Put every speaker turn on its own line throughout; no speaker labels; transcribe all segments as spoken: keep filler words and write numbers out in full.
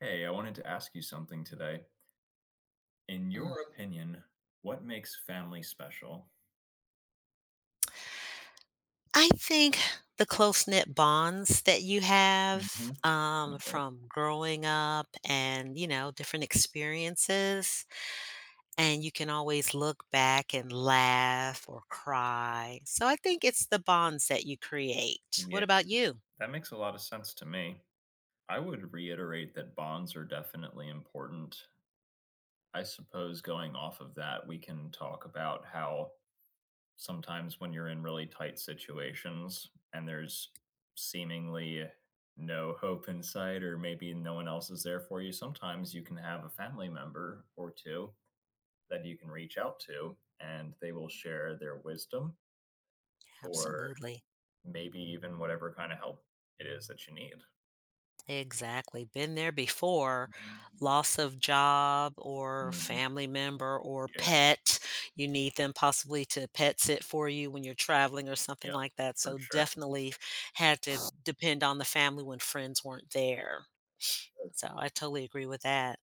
Hey, I wanted to ask you something today. In
Mm.
your opinion, what makes family special?
I think the close-knit bonds that you have,
Hmm.
um,
Definitely.
from growing up and, you know, different experiences, and you can always look back and laugh or cry. So I think it's the bonds that you create.
Yeah,
What about you?
that makes a lot of sense to me. I would reiterate that bonds are definitely important. I suppose going off of that, we can talk about how sometimes when you're in really tight situations and there's seemingly no hope in sight, or maybe no one else is there for you, sometimes you can have a family member or two that you can reach out to and they will share their wisdom or
Absolutely.
maybe even whatever kind of help it is that you need.
Exactly. Been there before. Loss of job or
Mhm.
family member or
Yeah,
pet. You need them possibly to pet sit for you when you're traveling or something
yeah,
like that.
for
So
sure.
definitely had to depend on the family when friends weren't there. So I totally agree with that.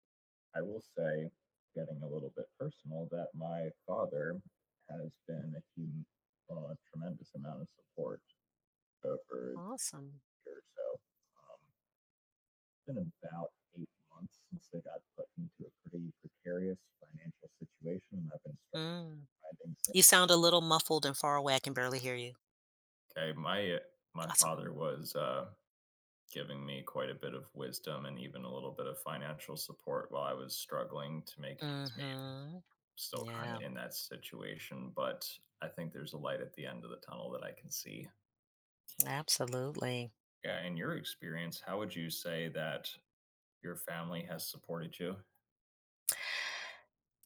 I will say, getting a little bit personal, that my father has been a hum- uh, tremendous amount of support over
Awesome.
the year or so. Um, it's been about eight months since they got put into a pretty precarious financial situation, and I've been
Mm.
struggling since.
You sound a little muffled and far away. I can barely hear you.
Okay, my my
Awesome.
father was uh, giving me quite a bit of wisdom and even a little bit of financial support while I was struggling to make ends meet.
Mm-hmm.
Still kind of
Yeah,
in that situation, but I think there's a light at the end of the tunnel that I can see.
absolutely.
Yeah, in your experience, how would you say that your family has supported you?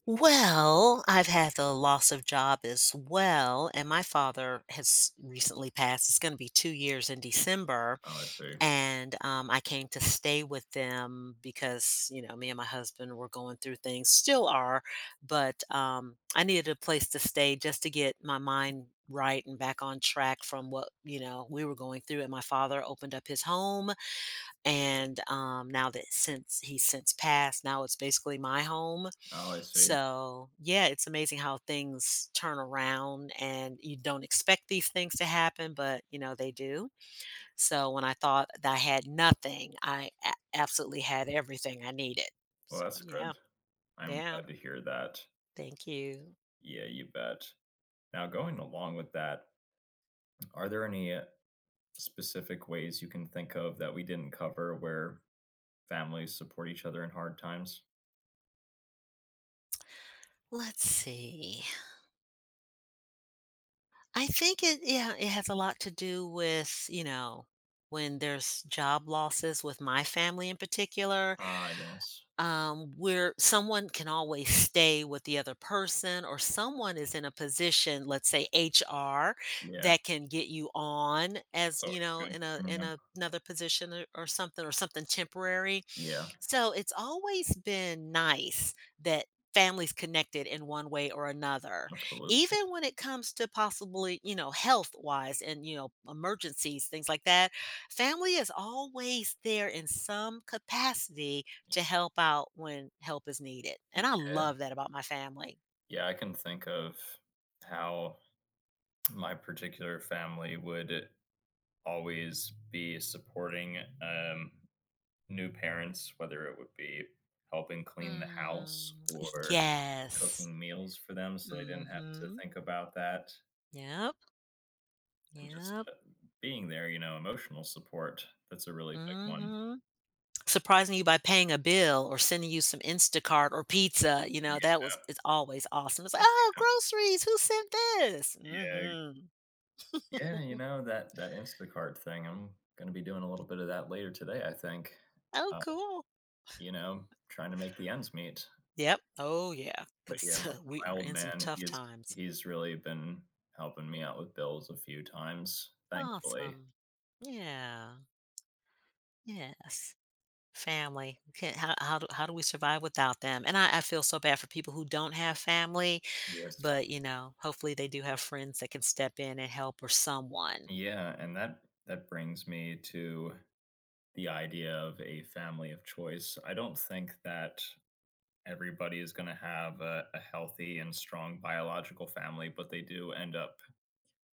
Well, I've had the loss of job as well, and my father has recently passed. It's going to be two years in December,
Oh, I see.
and um, I came to stay with them because you know me and my husband were going through things, still are, but um, I needed a place to stay just to get my mind right and back on track from what you know we were going through. And my father opened up his home, and um, now that since he's since passed, now it's basically my home,
Oh, I see.
so yeah, it's amazing how things turn around and you don't expect these things to happen, but you know, they do. So, when I thought that I had nothing, I a- absolutely had everything I needed.
Well,
So,
that's
yeah,
good. I'm
yeah,
glad to hear that.
thank you.
Yeah, you bet. Now, going along with that, are there any uh, specific ways you can think of that we didn't cover where families support each other in hard times?
Let's see. I think it, yeah, it has a lot to do with, you know, when there's job losses with my family in particular,
Ah, yes.
um, where someone can always stay with the other person, or someone is in a position, let's say H R,
Yeah.
that can get you on
That's
as
always
you
a
know
good
in a
thing,
in
yeah.
a, another position or, or something, or something temporary.
Yeah,
So it's always been nice that families connected in one way or another
absolutely.
even when it comes to possibly you know health wise and you know emergencies things like that family is always there in some capacity to help out when help is needed. And I
Yeah.
love that about my family.
Yeah, I can think of how my particular family would always be supporting, um, new parents, whether it would be helping clean the house
Mm,
or
yes.
cooking meals for them so they didn't have to
Mm-hmm.
think about that.
Yep.
And just
Yep.
uh, being there, you know, emotional support. That's a really big one.
Mm-hmm. Surprising you by paying a bill or sending you some Instacart or pizza, you know,
Yeah,
that was it's always awesome. It's like, oh,
uh,
groceries, who sent this?
yeah, yeah.
Mm-hmm.
Yeah, you know that that Instacart thing. I'm going to be doing a little bit of that later today, I think.
Oh,
Uh,
cool.
you know, trying to make the ends meet.
Yep. Oh yeah.
But yeah,
Cause
my,
we
my
are
old
in some
man,
tough
he's
times.
he's really been helping me out with bills a few times. Thankfully,
Awesome. Yeah. Yes. Family. We can't, how how do how do we survive without them? And I I feel so bad for people who don't have family,
he has. taught-
but, you know, hopefully they do have friends that can step in and help or someone.
yeah, and that that brings me to the idea of a family of choice. I don't think that everybody is going to have a, a healthy and strong biological family, but they do end up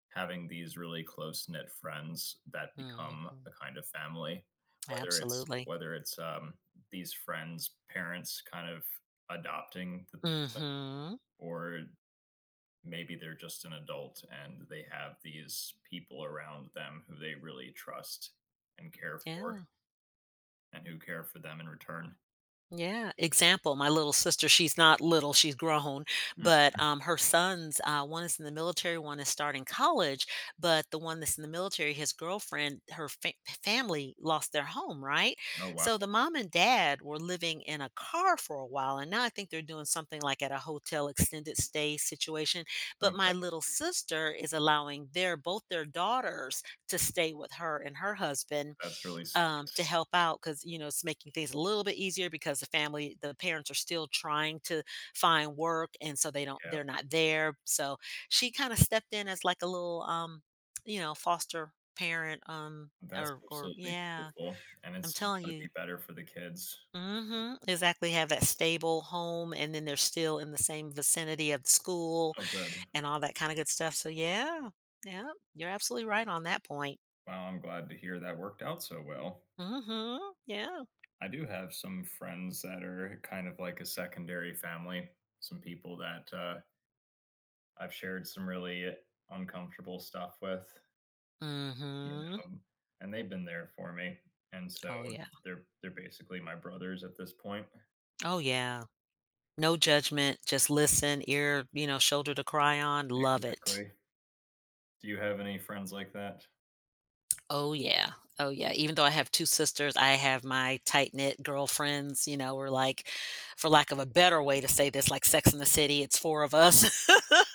having these really close knit friends that become
Mhm.
a kind of family. Whether it's
Absolutely.
whether it's um, these friends' parents kind of adopting the person,
Mhm.
or maybe they're just an adult and they have these people around them who they really trust and care for,
Yeah.
and who care for them in return.
Yeah, example, my little sister, she's not little, she's grown,
Mm.
but um, her sons, uh, one is in the military, one is starting college, but the one that's in the military, his girlfriend, her fa- family lost their home, right?
Oh wow!
So the mom and dad were living in a car for a while, and now I think they're doing something like at a hotel extended stay situation. But
Okay,
my little sister is allowing their both their daughters to stay with her and her husband
that's really
um,
sweet.
to help out because you know it's making things a little bit easier because the family the parents are still trying to find work and so they don't
Yeah.
they're not there, so she kind of stepped in as like a little um you know foster parent um
That's
or or
absolutely
yeah.
beautiful, and
I'm
it's
telling
gotta
you,
be better for the kids.
hmm, exactly, have that stable home and then they're still in the same vicinity of the school
Oh, good.
and all that kind of good stuff, so yeah, yeah, you're absolutely right on that point.
Wow, I'm glad to hear that worked out so well.
Hmm. Yeah.
I do have some friends that are kind of like a secondary family, some people that, uh, I've shared some really uncomfortable stuff with, you
Hmm.
know, and they've been there for me, and so
Oh, yeah.
they're they're basically my brothers at this point.
Oh, yeah. No judgment. Just listen, ear, you know, shoulder to cry on. Love it.
Exactly. Do you have any friends like that?
Oh, yeah. Oh, yeah. Even though I have two sisters, I have my tight knit girlfriends. You know, we're like, for lack of a better way to say this, like Sex in the City, it's four of us.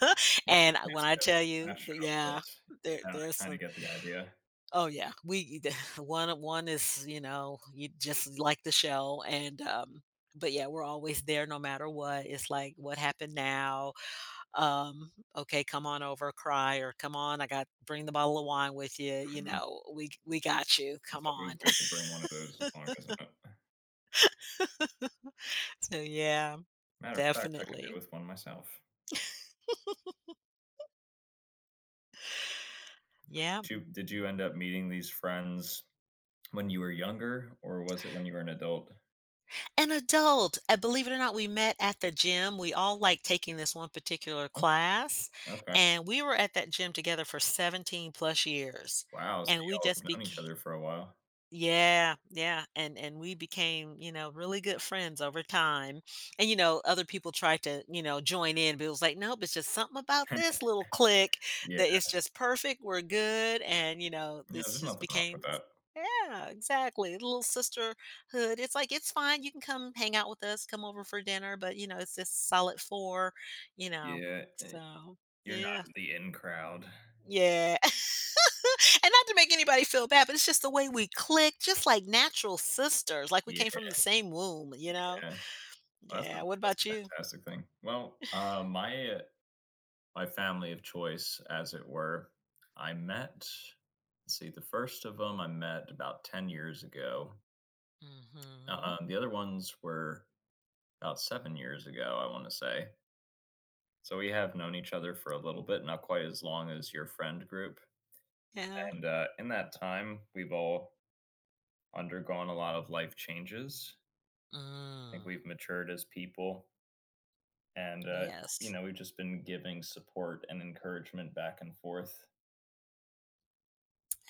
Well,
And
I
when
guess
I
I have
tell you,
that show,
that- yeah.
but
There,
yeah,
there's
I kinda
some.
get the idea.
Oh yeah, we one one is you know you just like the show, and um, but yeah, we're always there no matter what. It's like what happened now, um, okay, come on over, cry, or come on, I got, bring the bottle of wine with you, you
Mhm.
know, we we got you,
It's
come on.
always good to bring one of those along, isn't it?
So yeah,
Matter of fact, I could do
definitely,
with one myself.
yeah,
Did you did you end up meeting these friends when you were younger, or was it when you were an adult?
an adult. Uh, believe it or not, we met at the gym, we all like taking this one particular
Okay,
class,
okay.
and we were at that gym together for seventeen plus years,
Wow, so
and we
y'all have
just
known each
became,
other for a while.
yeah, yeah, and and we became, you know, really good friends over time. And you know, other people tried to, you know, join in, but it was like, nope, it's just something about this little click
Yeah,
that it's just perfect. We're good, and you know,
yeah.
this
There's
just
nothing wrong with
became,
that.
yeah, exactly, a little sisterhood. It's like it's fine. You can come hang out with us, come over for dinner, but you know, it's this solid four, you know.
Yeah, eh,
So
you're not
yeah,
in the in crowd.
yeah. And not to make anybody feel bad, but it's just the way we click, just like natural sisters, like we
Yeah,
came from the same womb, you know?
yeah. Well, that's a
Yeah. What
that's a
about you?
fantastic thing. Well, uh, my my family of choice, as it were. I met, let's see, the first of them I met about ten years ago.
Mm-hmm.
Uh, um, the other ones were about seven years ago, I want to say. So we have known each other for a little bit, not quite as long as your friend group.
Yeah.
And uh, in that time, we've all undergone a lot of life changes. I think
Mm.
we've matured as people. And, uh, you
Yes,
know, we've just been giving support and encouragement back and forth.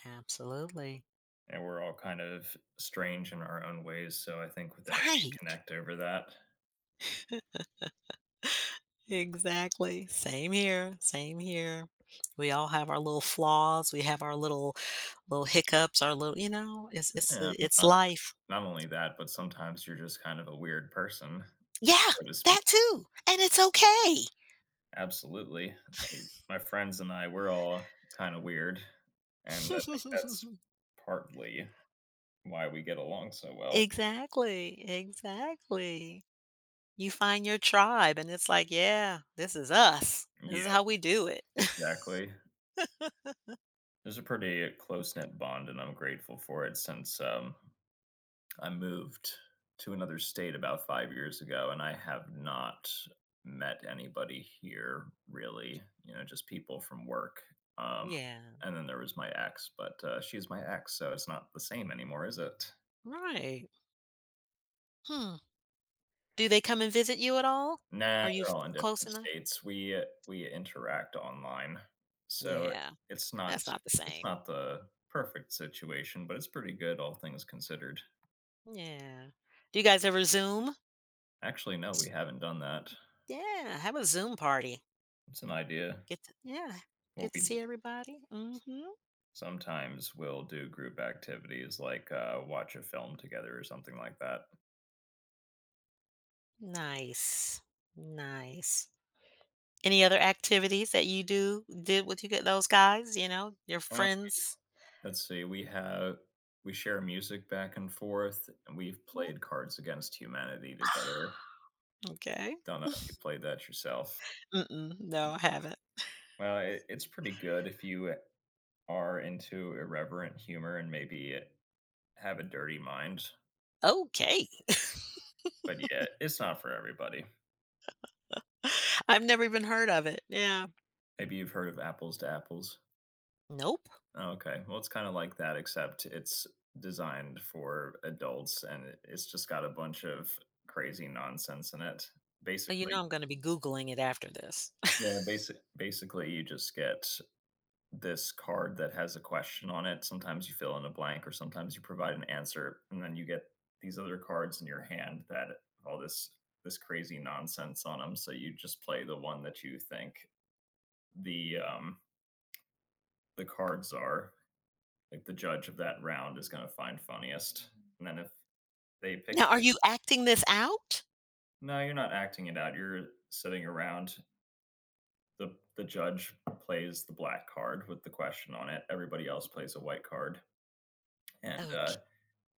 absolutely.
And we're all kind of strange in our own ways, so I think that we
Right.
connect over that.
Exactly. Same here. Same here. We all have our little flaws. We have our little little hiccups. Our little, you know, it's it's
Yeah, I mean,
it's
not
life.
not only that, but sometimes you're just kind of a weird person,
Yeah,
so to speak.
that too, and it's okay.
Absolutely. My friends and I, we're all kind of weird, and I think that's partly why we get along so well.
Exactly, exactly. You find your tribe, and it's like, "Yeah, this is us. This
Yeah,
is how we do it."
exactly. There's a pretty close-knit bond, and I'm grateful for it since, um I moved to another state about five years ago, and I have not met anybody here really. You know, just people from work. Um,
Yeah,
and then there was my ex, but uh, she's my ex, so it's not the same anymore, is it?
right. Hmm. Do they come and visit you at all?
Nah,
Are you f
they're all in
close
different
enough?
states. We uh, we interact online, so
Yeah,
it's not
that's not the
it's
same.
not the perfect situation, but it's pretty good, all things considered.
Yeah. Do you guys ever Zoom?
Actually, no, we haven't done that.
Yeah, have a Zoom party.
It's an idea.
Get to, yeah,
Well,
get to
we
see everybody. Mm. Mhm.
Sometimes we'll do group activities like, uh, watch a film together or something like that.
Nice, nice. Any other activities that you do did with you get those guys, you know, your
Uh.
friends?
Let's see, we have we share music back and forth, and we've played Cards Against Humanity together.
Okay.
Don't know if you played that yourself.
Mm-mm. No, I haven't.
Well, it, it's pretty good if you are into irreverent humor and maybe have a dirty mind,
Okay.
but yeah, it's not for everybody.
I've never even heard of it. Yeah.
Maybe you've heard of Apples to Apples?
Nope.
Okay. Well, it's kinda like that, except it's designed for adults, and it it's just got a bunch of crazy nonsense in it.
Well, you know
Basically
I'm gonna be Googling it after this.
yeah, basic basically, you just get this card that has a question on it. Sometimes you fill in a blank or sometimes you provide an answer, and then you get these other cards in your hand that have all this this crazy nonsense on them. So you just play the one that you think the, um, the cards are. Like the judge of that round is going to find funniest. And then if they pick,
Now, are you acting this out?
no, you're not acting it out. You're sitting around. the The judge plays the black card with the question on it. Everybody else plays a white card, and uh,
Ok,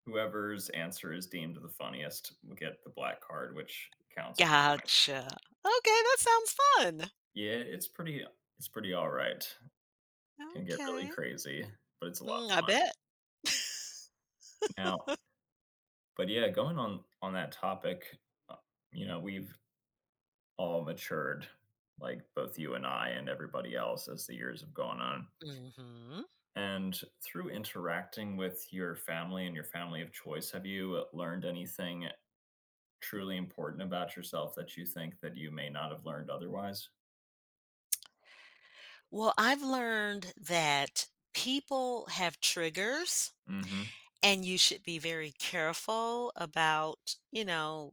whoever's answer is deemed the funniest will get the black card, which counts. Like,
gotcha. Okay, that sounds fun.
yeah, it's pretty. It's pretty all right. Can get really
Okay.
crazy, but it's a lot of
Mm, I
fun.
bet.
Now, but yeah, going on on that topic, uh, you know, we've all matured, like both you and I and everybody else as the years have gone on.
Mhm.
And through interacting with your family and your family of choice, have you learned anything truly important about yourself that you think that you may not have learned otherwise?
Well, I've learned that people have triggers,
Hmm.
and you should be very careful about, you know,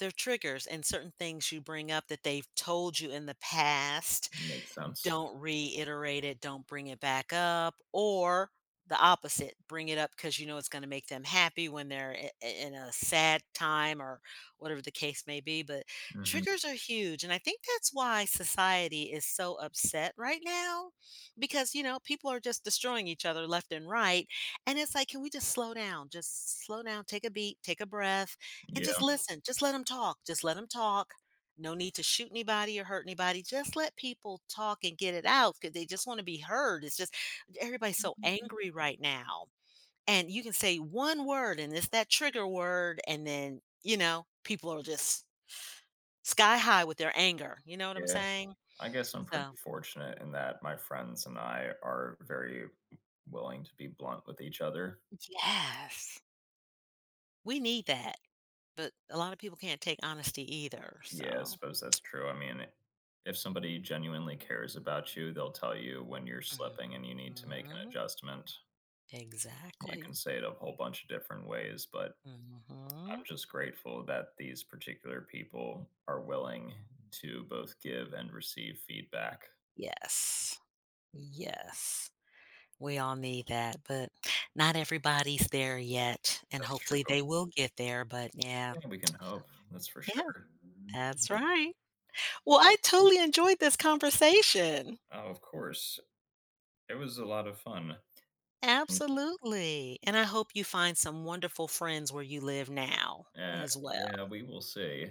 their triggers and certain things you bring up that they've told you in the past,
Makes sense.
don't reiterate it, don't bring it back up, or the opposite, bring it up because you know it's going to make them happy when they're i- i- in a sad time or whatever the case may be. But
Hmm.
triggers are huge. And I think that's why society is so upset right now because, you know, people are just destroying each other left and right. And it's like, can we just slow down? Just slow down, take a beat, take a breath, and just
Yeah,
listen. Just let them talk. Just let them talk, no need to shoot anybody or hurt anybody. Just let people talk and get it out because they just want to be heard. It's just everybody's so angry right now. And you can say one word and it's that trigger word. And then, you know, people are just sky high with their anger. You know what I'm
yeah.
saying?
I guess I'm pretty
So,
fortunate in that my friends and I are very willing to be blunt with each other.
yes, we need that. But a lot of people can't take honesty either.
Yeah, I
So,
suppose that's true. I mean, if somebody genuinely cares about you, they'll tell you when you're slipping and you need to make an
mhm,
adjustment. You
exactly.
can say it a whole bunch of different ways, but
Hmm.
I'm just grateful that these particular people are willing to both give and receive feedback.
Yes. Yes. We all need that, but not everybody's there yet, and
That's true.
hopefully they will get there, but yeah.
Yeah, we can hope. That's for
Yeah,
sure.
that's right. Well, I totally enjoyed this conversation.
Oh, of course. It was a lot of fun. And
Absolutely, and I hope you find some wonderful friends where you live now
uh,
as
yeah,
well.
we will see.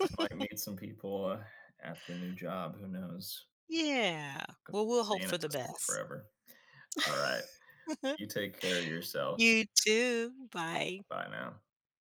I might meet some people uh, at the new job. Who knows?
Yeah. Well, we'll hope
Seeing
for the
this one
best.
forever. All right. You take care of yourself.
You too. Bye.
Bye now.